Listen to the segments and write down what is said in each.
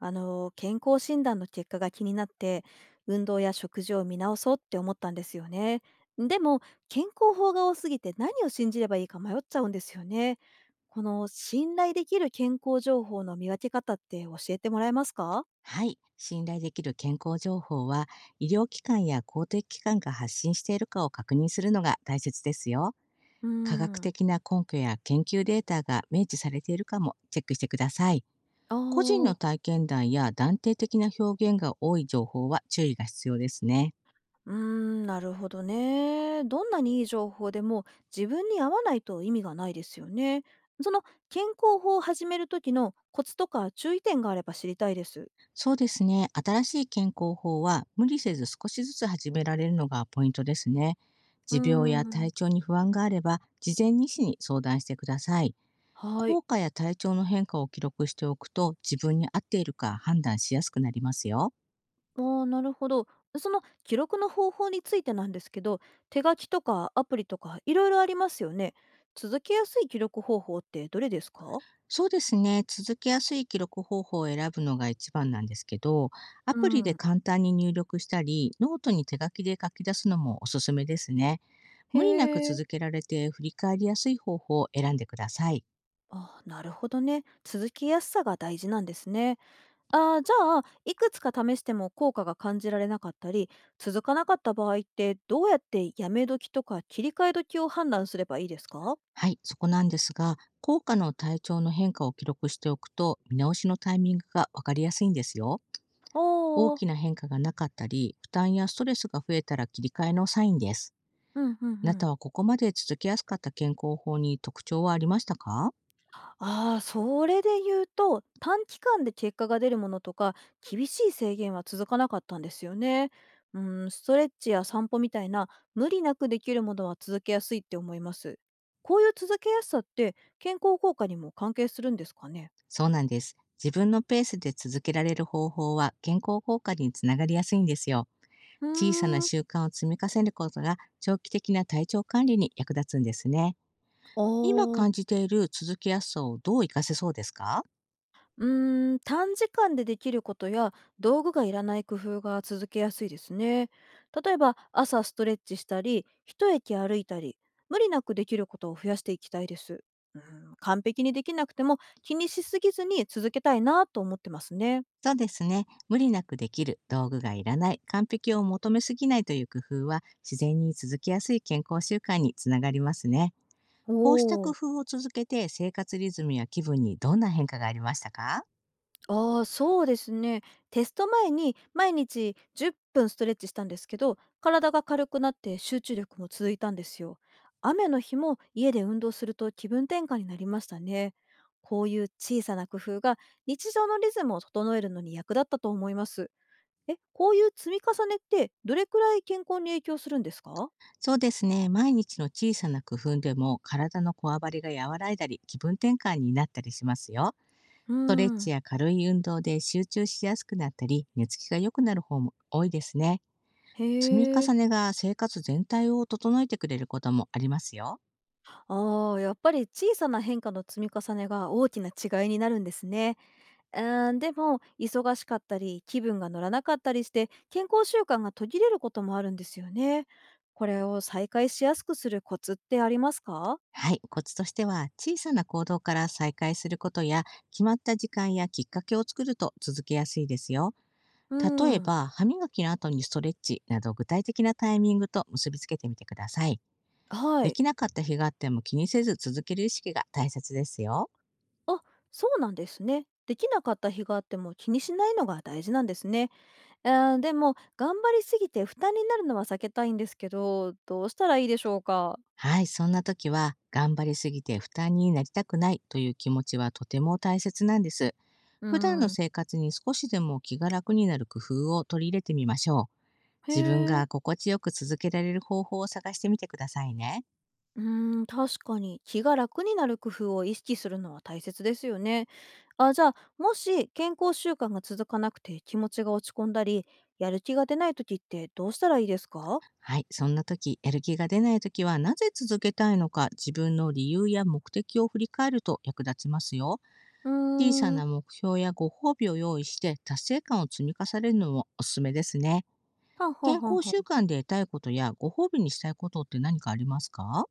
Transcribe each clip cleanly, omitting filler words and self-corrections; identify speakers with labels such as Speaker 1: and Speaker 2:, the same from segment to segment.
Speaker 1: 健康診断の結果が気になって運動や食事を見直そうって思ったんですよね。でも健康法が多すぎて何を信じればいいか迷っちゃうんですよね。この信頼できる健康情報の見分け方って教えてもらえますか？
Speaker 2: はい。信頼できる健康情報は、医療機関や公的機関が発信しているかを確認するのが大切ですよ。
Speaker 1: うー
Speaker 2: 科学
Speaker 1: ん。
Speaker 2: 的な根拠や研究データが明示されているかもチェックしてください。
Speaker 1: あ
Speaker 2: 個人の
Speaker 1: ー。
Speaker 2: 体験談や断定的な表現が多い情報は注意が必要ですね。
Speaker 1: なるほどね。どんなにいい情報でも自分に合わないと意味がないですよね。その健康法を始める時のコツとか注意点があれば知りたいです。
Speaker 2: そうですね。新しい健康法は無理せず少しずつ始められるのがポイントですね。
Speaker 1: うー
Speaker 2: 持病や
Speaker 1: ん。
Speaker 2: 体調に不安があれば、事前に医師に相談してください。
Speaker 1: はい。
Speaker 2: 効果や体調の変化を記録しておくと、自分に合っているか判断しやすくなりますよ。
Speaker 1: ああ、なるほど。その記録の方法についてなんですけど、手書きとかアプリとかいろいろありますよね。続けやすい記録方法ってどれですか？
Speaker 2: そうですね。続けやすい記録方法を選ぶのが一番なんですけど、ア
Speaker 1: う
Speaker 2: プリで
Speaker 1: ん、
Speaker 2: 簡単に入力したり、ノートに手書きで書き出すのもおすすめですね。
Speaker 1: へ
Speaker 2: 無理なく
Speaker 1: え。
Speaker 2: 続けられて振り返りやすい方法を選んでください。
Speaker 1: あ、なるほどね。続きやすさが大事なんですね。あー、じゃあ、いくつか試しても効果が感じられなかったり、続かなかった場合って、どうやってやめ時とか切り替え時を判断すればいいですか？
Speaker 2: はい、そこなんですが、効果の体調の変化を記録しておくと、見直しのタイミングがわかりやすいんですよ。
Speaker 1: あ
Speaker 2: 大
Speaker 1: あー。
Speaker 2: きな変化がなかったり、負担やストレスが増えたら切り替えのサインです。
Speaker 1: うんうんう
Speaker 2: あなた
Speaker 1: ん。
Speaker 2: はここまで続けやすかった健康法に特徴はありましたか？
Speaker 1: ああ、それで言うと、短期間で結果が出るものとか、厳しい制限は続かなかったんですよね。うん、ストレッチや散歩みたいな、無理なくできるものは続けやすいって思います。こういう続けやすさって、健康効果にも関係するんですかね。
Speaker 2: そうなんです。自分のペースで続けられる方法は健康効果につながりやすいんですよ。
Speaker 1: う
Speaker 2: 小さな
Speaker 1: ーん。
Speaker 2: 習慣を積み重ねることが長期的な体調管理に役立つんですね。
Speaker 1: あ
Speaker 2: 今
Speaker 1: あ。
Speaker 2: 感じている続きやすさをどう活かせそうですか？
Speaker 1: うーん、短時間でできることや道具がいらない工夫が続けやすいですね。例えば朝ストレッチしたり、一駅歩いたり、無理なくできることを増やしていきたいです。うん、完璧にできなくても気にしすぎずに続けたいなと思ってますね。
Speaker 2: そうですね。無理なくできる、道具がいらない、完璧を求めすぎないという工夫は、自然に続きやすい健康習慣につながりますね。こうした
Speaker 1: お
Speaker 2: 工
Speaker 1: ー。
Speaker 2: 夫を続けて、生活リズムや気分にどんな変化がありましたか？
Speaker 1: ああ、そうですね。テスト前に毎日10分ストレッチしたんですけど、体が軽くなって集中力も続いたんですよ。雨の日も家で運動すると気分転換になりましたね。こういう小さな工夫が日常のリズムを整えるのに役立ったと思います。え、こういう積み重ねってどれくらい健康に影響するんですか？
Speaker 2: そうですね。毎日の小さな工夫でも体のこわばりが和らいだり、気分転換になったりしますよ。
Speaker 1: うー
Speaker 2: ストレッ
Speaker 1: ん。
Speaker 2: チや軽い運動で集中しやすくなったり、寝つきが良くなる方も多いですね。
Speaker 1: へ
Speaker 2: 積み
Speaker 1: え。
Speaker 2: 重ねが生活全体を整えてくれることもありますよ。
Speaker 1: ああ、やっぱり小さな変化の積み重ねが大きな違いになるんですね。うーん、でも、忙しかったり、気分が乗らなかったりして、健康習慣が途切れることもあるんですよね。これを再開しやすくするコツってありますか？
Speaker 2: はい。コツとしては、小さな行動から再開することや、決まった時間やきっかけを作ると続けやすいですよ。
Speaker 1: う
Speaker 2: 例え
Speaker 1: ん。
Speaker 2: ば、歯磨きの後にストレッチなど具体的なタイミングと結びつけてみてください。
Speaker 1: は
Speaker 2: で
Speaker 1: い。
Speaker 2: きなかった日があっても気にせず続ける意識が大切ですよ。
Speaker 1: あ、そうなんですね。できなかった日があっても気にしないのが大事なんですね。うーん、でも、頑張りすぎて負担になるのは避けたいんですけど、どうしたらいいでしょうか？
Speaker 2: はい、そんな時は、頑張りすぎて負担になりたくないという気持ちはとても大切なんです。
Speaker 1: う
Speaker 2: 普段の
Speaker 1: ん。
Speaker 2: 生活に少しでも気が楽になる工夫を取り入れてみましょう。
Speaker 1: へ
Speaker 2: 自分
Speaker 1: ー。
Speaker 2: が心地よく続けられる方法を探してみてくださいね。
Speaker 1: うーん、確かに気が楽になる工夫を意識するのは大切ですよね。あ、じゃあ、もし健康習慣が続かなくて気持ちが落ち込んだり、やる気が出ない時ってどうしたらいいですか？
Speaker 2: はい、そんな時、やる気が出ない時は、なぜ続けたいのか自分の理由や目的を振り返ると役立ちますよ。
Speaker 1: うー
Speaker 2: 小さ
Speaker 1: ん。
Speaker 2: な目標やご褒美を用意して達成感を積み重ねるのもおすすめですね。
Speaker 1: はんはん
Speaker 2: 健
Speaker 1: はん
Speaker 2: 康
Speaker 1: はん。
Speaker 2: 習慣で得たいことやご褒美にしたいことって何かありますか？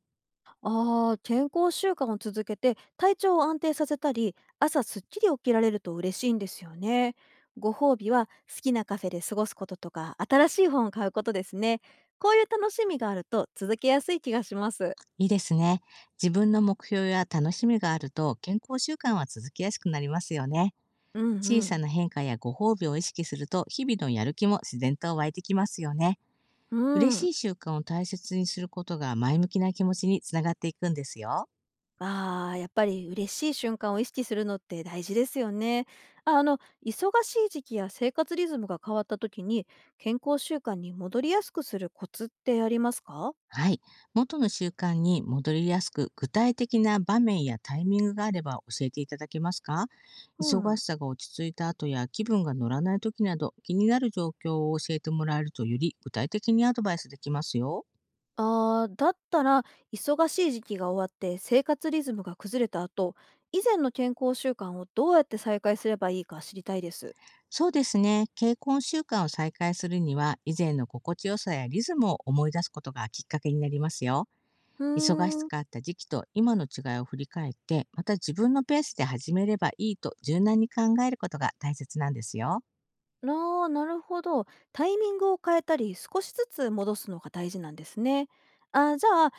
Speaker 1: ああ、健康習慣を続けて体調を安定させたり、朝すっきり起きられると嬉しいんですよね。ご褒美は好きなカフェで過ごすこととか、新しい本を買うことですね。こういう楽しみがあると続けやすい気がします。
Speaker 2: いいですね。自分の目標や楽しみがあると健康習慣は続きやすくなりますよね。
Speaker 1: うん
Speaker 2: 小
Speaker 1: う
Speaker 2: さ
Speaker 1: ん。
Speaker 2: な変化やご褒美を意識すると日々のやる気も自然と湧いてきますよね。
Speaker 1: う
Speaker 2: 嬉
Speaker 1: ん。
Speaker 2: しい習慣を大切にすることが前向きな気持ちにつながっていくんですよ。
Speaker 1: ああ、やっぱり嬉しい瞬間を意識するのって大事ですよね。ああの、忙しい時期や生活リズムが変わった時に、健康習慣に戻りやすくするコツってありますか？
Speaker 2: はい。元の習慣に戻りやすく、具体的な場面やタイミングがあれば教えていただけますか？
Speaker 1: う
Speaker 2: 忙し
Speaker 1: ん。
Speaker 2: さが落ち着いた後や気分が乗らない時など、気になる状況を教えてもらえると、より具体的にアドバイスできますよ。
Speaker 1: ああ、だったら、忙しい時期が終わって生活リズムが崩れた後、以前の健康習慣をどうやって再開すればいいか知りたいです。
Speaker 2: そうですね。結婚習慣を再開するには、以前の心地よさやリズムを思い出すことがきっかけになりますよ。
Speaker 1: ふ
Speaker 2: 忙し
Speaker 1: ーん。
Speaker 2: かった時期と今の違いを振り返って、また自分のペースで始めればいいと柔軟に考えることが大切なんですよ。
Speaker 1: ああ、なるほど。タイミングを変えたり、少しずつ戻すのが大事なんですね。あ、じゃあ、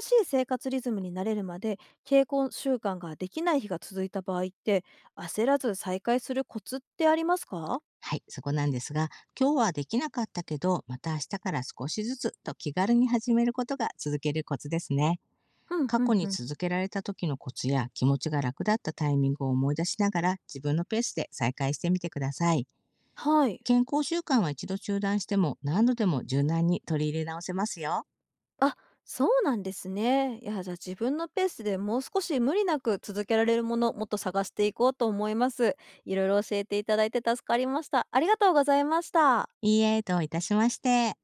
Speaker 1: 新しい生活リズムに慣れるまで、傾向習慣ができない日が続いた場合って、焦らず再開するコツってありますか？
Speaker 2: はい、そこなんですが、今日はできなかったけど、また明日から少しずつと気軽に始めることが続けるコツですね。
Speaker 1: うん、
Speaker 2: 過
Speaker 1: う
Speaker 2: 去
Speaker 1: ん、う
Speaker 2: に
Speaker 1: ん。
Speaker 2: 続けられた時のコツや気持ちが楽だったタイミングを思い出しながら、自分のペースで再開してみてください。
Speaker 1: はい。
Speaker 2: 健康習慣は一度中断しても、何度でも柔軟に取り入れ直せますよ。
Speaker 1: あ、そうなんですね。いや、じゃあ自分のペースでもう少し無理なく続けられるもの、もっと探していこうと思います。いろいろ教えていただいて助かりました。ありがとうございました。
Speaker 2: いいえ、どういたしまして。